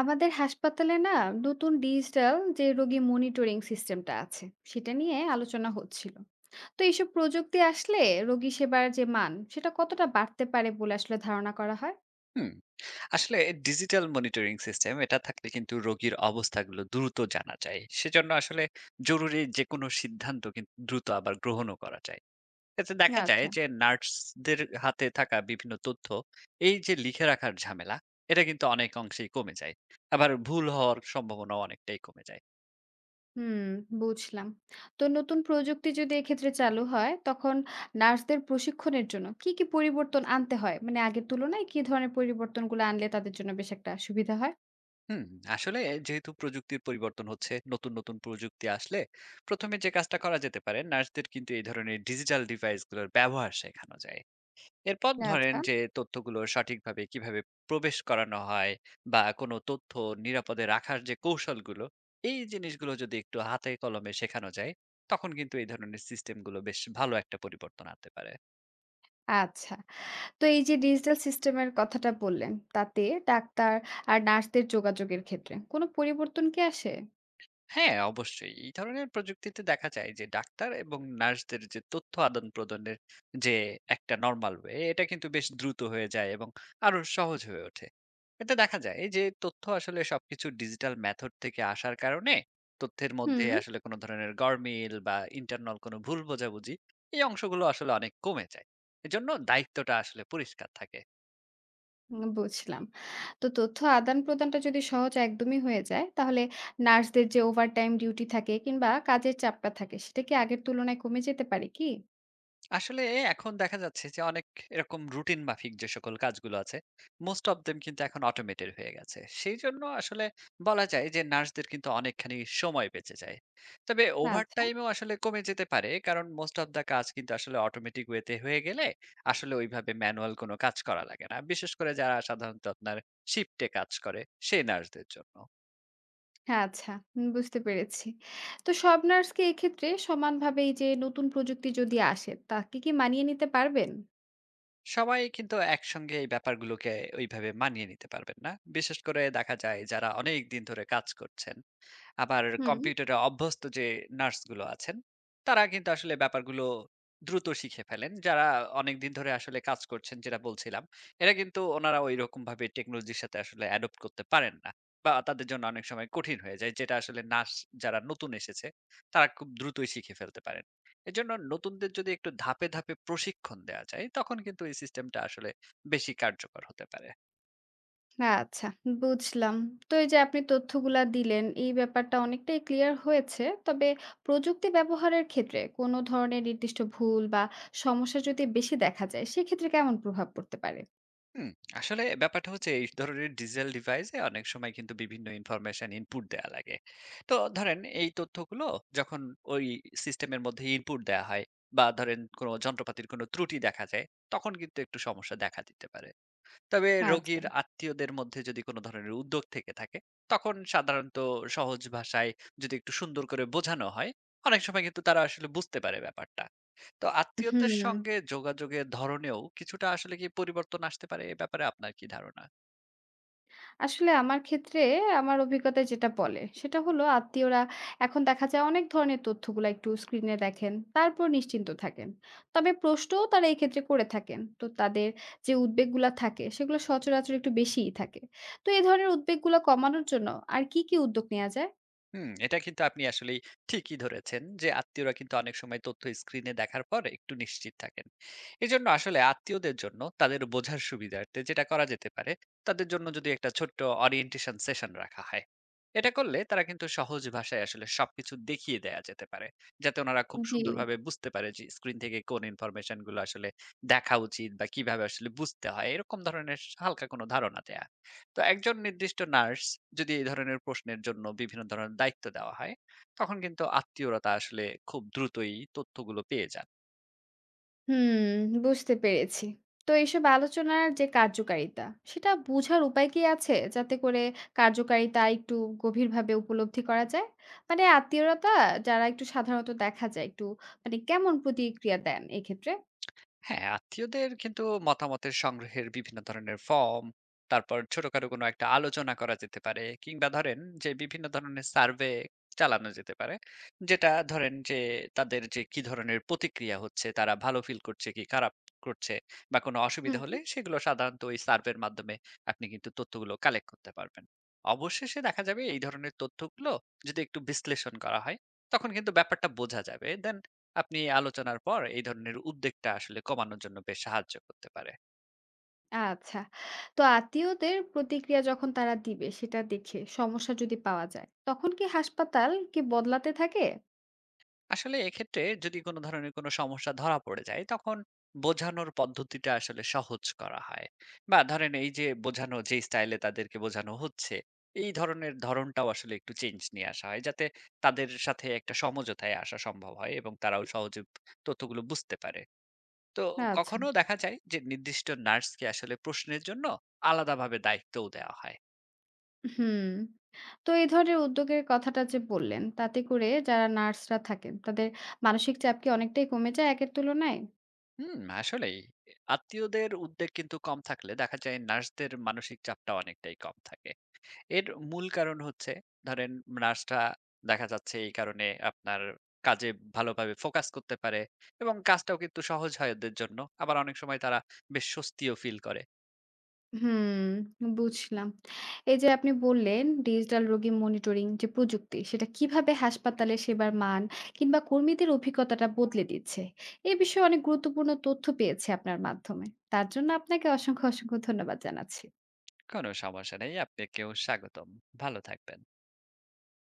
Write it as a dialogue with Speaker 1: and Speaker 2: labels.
Speaker 1: আমাদের হাসপাতালে না নতুন ডিজিটাল যে রোগী মনিটরিং সিস্টেমটা আছে সেটা নিয়ে আলোচনা হচ্ছিল। তো এইসব প্রযুক্তি আসলে রোগী সেবার যে মান সেটা কতটা বাড়তে পারে বলে আসলে ধারণা করা হয়?
Speaker 2: হুম। আসলে ডিজিটাল মনিটরিং সিস্টেম এটা থাকলে কিন্তু রোগীর অবস্থাগুলো দ্রুত জানা যায়। সেজন্য আসলে জরুরি যেকোনো সিদ্ধান্ত কিন্তু দ্রুত আবার গ্রহণও করা যায়। এতে দেখা যায়
Speaker 1: আচ্ছা।
Speaker 2: যে নার্সদের হাতে থাকা বিভিন্ন তথ্য এই যে লিখে রাখার ঝামেলা এটা কিন্তু অনেক অংশেই কমে যায়। আবার ভুল হওয়ার সম্ভাবনাও অনেকটাই কমে যায়।
Speaker 1: হুম, বুঝলাম। তো নতুন প্রযুক্তি যদি এক্ষেত্রে চালু হয় তখন নার্সদের প্রশিক্ষণের জন্য কি কি পরিবর্তন আনতে হয়, মানে আগের তুলনায় কি ধরনের পরিবর্তনগুলো আনলে তাদের জন্য বেশ একটা সুবিধা হয়?
Speaker 2: হুম, আসলে যেহেতু প্রযুক্তির পরিবর্তন হচ্ছে, নতুন, নতুন প্রযুক্তি আসলে ১ম এ যে কাজটা করা যেতে পারে নার্সদের কিন্তু এই ধরনের ডিজিটাল ডিভাইসগুলোর ব্যবহার শেখানো যায়। এরপর ধরেন
Speaker 1: আচ্ছা।
Speaker 2: যে তথ্যগুলো সঠিকভাবে কিভাবে প্রবেশ করানো হয় বা কোনো তথ্য নিরাপদে রাখার যে কৌশলগুলো এই জিনিসগুলো যদি একটু হাতে কলমে শেখানো যায় তখন কিন্তু এই ধরনের সিস্টেমগুলো বেশ ভালো একটা পরিবর্তন আনতে পারে।
Speaker 1: আচ্ছা, তো এই যে ডিজিটাল সিস্টেমের কথাটা বললেন, তাতে ডাক্তার আর নার্সদের যোগাযোগের ক্ষেত্রে কোনো পরিবর্তন কি আসে?
Speaker 2: হ্যাঁ, অবশ্যই। এই ধরনের প্রযুক্তিতে দেখা যায় যে ডাক্তার এবং নার্সদের যে তথ্য আদান-প্রদানের যে একটা নরমাল ওয়ে, এটা কিন্তু বেশ দ্রুত হয়ে যায় এবং আরো সহজ হয়ে ওঠে। এতে দেখা যায় যে তথ্য আসলে সবকিছু ডিজিটাল মেথড থেকে আসার কারণে তথ্যের মধ্যে
Speaker 1: হুম।
Speaker 2: আসলে কোনো ধরনের গরমিল বা ইন্টারনাল কোনো ভুল বোঝাবুঝি, এই অংশগুলো আসলে অনেক কমে যায়। এজন্য দায়িত্বটা আসলে পরিষ্কার থাকে।
Speaker 1: বুঝলাম। তো তথ্য আদান-প্রদানটা যদি সহজ একদমই হয়ে যায়, তাহলে নার্সদের যে ওভারটাইম ডিউটি থাকে কিংবা কাজের চাপটা থাকে, সেটা কি আগের তুলনায় কমে যেতে পারে কি?
Speaker 2: আসলে এখন দেখা যাচ্ছে যে অনেক এরকম রুটিন মাফিক যে সকল কাজগুলো আছে মোস্ট অফ দেম কিন্তু এখন অটোমেটেড হয়ে গেছে সেই জন্য আসলে বলা যায় যে নার্সদের কিন্তু অনেকখানি সময় বেঁচে যায়। তবে ওভার
Speaker 1: আচ্ছা,
Speaker 2: টাইমও আসলে কমে যেতে পারে কারণ মোস্ট অফ দা কাজ কিন্তু আসলে অটোমেটিক ওয়েতে হয়ে গেলে আসলে ওইভাবে ম্যানুয়াল কোনো কাজ করা লাগে না, বিশেষ করে যারা সাধারণত আপনার শিফটে কাজ করে সেই নার্সদের জন্য।
Speaker 1: হ্যাঁ, আচ্ছা, হুম, বুঝতে পেরেছি। তো সব নার্সকে এক্ষেত্রে সমানভাবে এই যে নতুন প্রযুক্তি যদি আসে, তাকে কি মানিয়ে নিতে পারবেন?
Speaker 2: সবাই কিন্তু একসঙ্গে এই ব্যাপারগুলোকে ওইভাবে মানিয়ে নিতে পারবেন না। বিশেষ করে দেখা যায় যারা অনেক দিন ধরে কাজ করছেন, আবার
Speaker 1: হুম।
Speaker 2: কম্পিউটারে অভ্যস্ত যে নার্সগুলো আছেন, তারা কিন্তু আসলে ব্যাপারগুলো দ্রুত শিখে ফেলেন। যারা অনেকদিন ধরে আসলে কাজ করছেন যেটা বলছিলাম, এরা কিন্তু ওনারা ঐরকমভাবে টেকনোলজির সাথে আসলে অ্যাডপ্ট করতে পারেন না। বা তাদের জন্য অনেক সময় কঠিন হয়ে যায়। যেটা আসলে নার্স যারা নতুন এসেছে, তারা খুব দ্রুতই শিখে ফেলতে পারেন। এজন্য নতুনদের যদি একটু ধাপে, ধাপে প্রশিক্ষণ দেয়া যায়, তখন কিন্তু এই সিস্টেমটা আসলে বেশি কার্যকর হতে পারে।
Speaker 1: আচ্ছা, বুঝলাম। তো এই যে আপনি তথ্যগুলা দিলেন, এই ব্যাপারটা অনেকটাই ক্লিয়ার হয়েছে। তবে প্রযুক্তি ব্যবহারের ক্ষেত্রে কোনো ধরনের নির্দিষ্ট ভুল বা সমস্যা যদি বেশি দেখা যায়, সেক্ষেত্রে কেমন প্রভাব পড়তে পারে?
Speaker 2: হুম, আসলে ব্যাপারটা হচ্ছে এই ধরনের ডিজিটাল ডিভাইসে অনেক সময় কিন্তু বিভিন্ন ইনফরমেশন ইনপুট দেয়া লাগে। তো ধরেন এই তথ্যগুলো যখন ওই সিস্টেমের মধ্যে ইনপুট দেয়া হয় বা ধরেন কোনো যন্ত্রপাতির কোনো ত্রুটি দেখা যায়, তখন কিন্তু একটু সমস্যা দেখা দিতে পারে। তবে
Speaker 1: আচ্ছা।
Speaker 2: রোগীর আত্মীয়দের মধ্যে যদি কোনো ধরনের উদ্যোগ থেকে থাকে তখন সাধারণত সহজ ভাষায় যদি একটু সুন্দর করে বোঝানো হয়, অনেক সময় কিন্তু তারা আসলে বুঝতে পারে ব্যাপারটা। তো আত্মীয়দের
Speaker 1: হুম।
Speaker 2: সঙ্গে যোগাযোগের ধরনেও কিছুটা আসলে কি পরিবর্তন আসতে পারে, এ ব্যাপারে আপনার কি ধারণা?
Speaker 1: আসলে আমার ক্ষেত্রে আমার অভিজ্ঞতায় যেটা বলে সেটা হলো আত্মীয়রা এখন দেখা যায় অনেক ধরনের তথ্যগুলা একটু স্ক্রিনে দেখেন, তারপর নিশ্চিন্ত থাকেন। তবে প্রশ্নও তারা এই ক্ষেত্রে করে থাকেন, তো তাদের যে উদ্বেগগুলা থাকে সেগুলো সচরাচর একটু বেশিই থাকে। তো এই ধরনের উদ্বেগগুলো কমানোর জন্য আর কি কি উদ্যোগ নেওয়া যায়?
Speaker 2: হুম, এটা কিন্তু আপনি আসলেই ঠিকই ধরেছেন যে আত্মীয়রা কিন্তু অনেক সময় তথ্য স্ক্রিনে দেখার পর একটু নিশ্চিত থাকেন। এজন্য আসলে আত্মীয়দের জন্য তাদের বোঝার সুবিধার্থে যেটা করা যেতে পারে, তাদের জন্য যদি একটা ছোট্ট অরিয়েন্টেশন সেশন রাখা হয়, এটা করলে তারা কিন্তু সহজ ভাষায় আসলে সবকিছু দেখিয়ে দেয়া যেতে পারে, যাতে ওনারা খুব
Speaker 1: জি।
Speaker 2: সুন্দরভাবে বুঝতে পারে যে স্ক্রিন থেকে কোন ইনফরমেশন গুলো আসলে দেখা উচিত বা কিভাবে আসলে বুঝতে হয়, এরকম ধরনের হালকা কোনো ধারণা দেয়া। তো একজন নির্দিষ্ট নার্স যদি এই ধরনের প্রশ্নের জন্য বিভিন্ন ধরনের দায়িত্ব দেওয়া হয়, তখন কিন্তু আত্মীয়রা তা আসলে খুব দ্রুতই তথ্যগুলো পেয়ে যায়।
Speaker 1: হুম, বুঝতে পেরেছি। তো এইসব আলোচনার যে কার্যকারিতা, সেটা বোঝার উপায় কি আছে? যাতে করে কার্যকারিতা একটু গভীরভাবে উপলব্ধি করা যায়? মানে আত্মীয়তা যারা একটু সাধারণত দেখা যায়, একটু মানে কেমন প্রতিক্রিয়া দেন এক্ষেত্রে?
Speaker 2: হ্যাঁ, আত্মীয়দের কিন্তু মতামতের সংগ্রহের বিভিন্ন ধরনের ফর্ম, তারপর ছোটখাটো কোনো একটা আলোচনা করা যেতে পারে কিংবা ধরেন যে বিভিন্ন ধরনের সার্ভে চালানো যেতে পারে। যেটা ধরেন যে তাদের যে কি ধরনের প্রতিক্রিয়া হচ্ছে, তারা ভালো ফিল করছে কি খারাপ করছে বা কোনো অসুবিধা
Speaker 1: হুম,
Speaker 2: হলে সেগুলো সাধারণত ওই সার্ভের মাধ্যমে আপনি কিন্তু তথ্যগুলো কালেক্ট করতে পারবেন। অবশেষে দেখা যাবে এই ধরনের তথ্যগুলো যদি একটু বিশ্লেষণ করা হয়, তখন কিন্তু ব্যাপারটা বোঝা যাবে। দেন আপনি আলোচনার পর এই ধরনের উদ্বেগটা আসলে কমানোর জন্য বেশ সাহায্য করতে পারে।
Speaker 1: আচ্ছা। তো আত্মীয়দের প্রতিক্রিয়া যখন তারা দিবে, সেটা দেখে সমস্যা যদি পাওয়া যায়, তখন কি হাসপাতাল কি বদলাতে থাকে?
Speaker 2: আসলে এক্ষেত্রে যদি কোনো ধরনের কোনো সমস্যা ধরা পড়ে যায় তখন বোঝানোর পদ্ধতিটা আসলে সহজ করা হয় বা ধরেন এই যে বোঝানো যে স্টাইলে তাদেরকে বোঝানো হচ্ছে এই ধরনের ধরনটাও আসলে একটু চেঞ্জ নিয়ে আসা হয়, যাতে তাদের সাথে একটা সমঝোতায় আসা সম্ভব হয় এবং তারাও সহজে তথ্যগুলো বুঝতে পারে। তো
Speaker 1: আচ্ছা।
Speaker 2: কখনো দেখা যায় যে নির্দিষ্ট নার্সকে আসলে প্রশ্নের জন্য আলাদাভাবে দায়িত্বও দেওয়া হয়।
Speaker 1: হুম। তো এই ধরনের উদ্যোগের কথাটা যে বললেন, তাতে করে যারা নার্সরা থাকেন, তাদের মানসিক চাপ কি অনেকটাই কমে যায় একের তুলনায়?
Speaker 2: হুম, আসলেই। আত্মীয়দের উদ্বেগ কিন্তু কম থাকলে দেখা যায় নার্সদের মানসিক চাপটা অনেকটাই কম থাকে। এর মূল কারণ হচ্ছে ধরেন নার্সরা দেখা যাচ্ছে এই কারণে আপনার কাজে ভালোভাবে ফোকাস করতে পারে এবং কাজটাও কিন্তু সহজ হয় ওদের জন্য। আবার অনেক সময় তারা বেশ স্বস্তিও ফিল করে।
Speaker 1: হুম, বুঝলাম। এই যে আপনি বললেন, ডিজিটাল রোগী মনিটরিং যে প্রযুক্তি, সেটা কিভাবে হাসপাতালে সেবার মান কিংবা কর্মীদের অভিজ্ঞতাটা বদলে দিচ্ছে। এ বিষয়ে অনেক গুরুত্বপূর্ণ তথ্য পেয়েছি আপনার মাধ্যমে। তার জন্য আপনাকে অসংখ্য, অসংখ্য ধন্যবাদ জানাচ্ছি।
Speaker 2: কোনো সমস্যা নেই। আপনাকেও স্বাগতম। ভালো থাকবেন।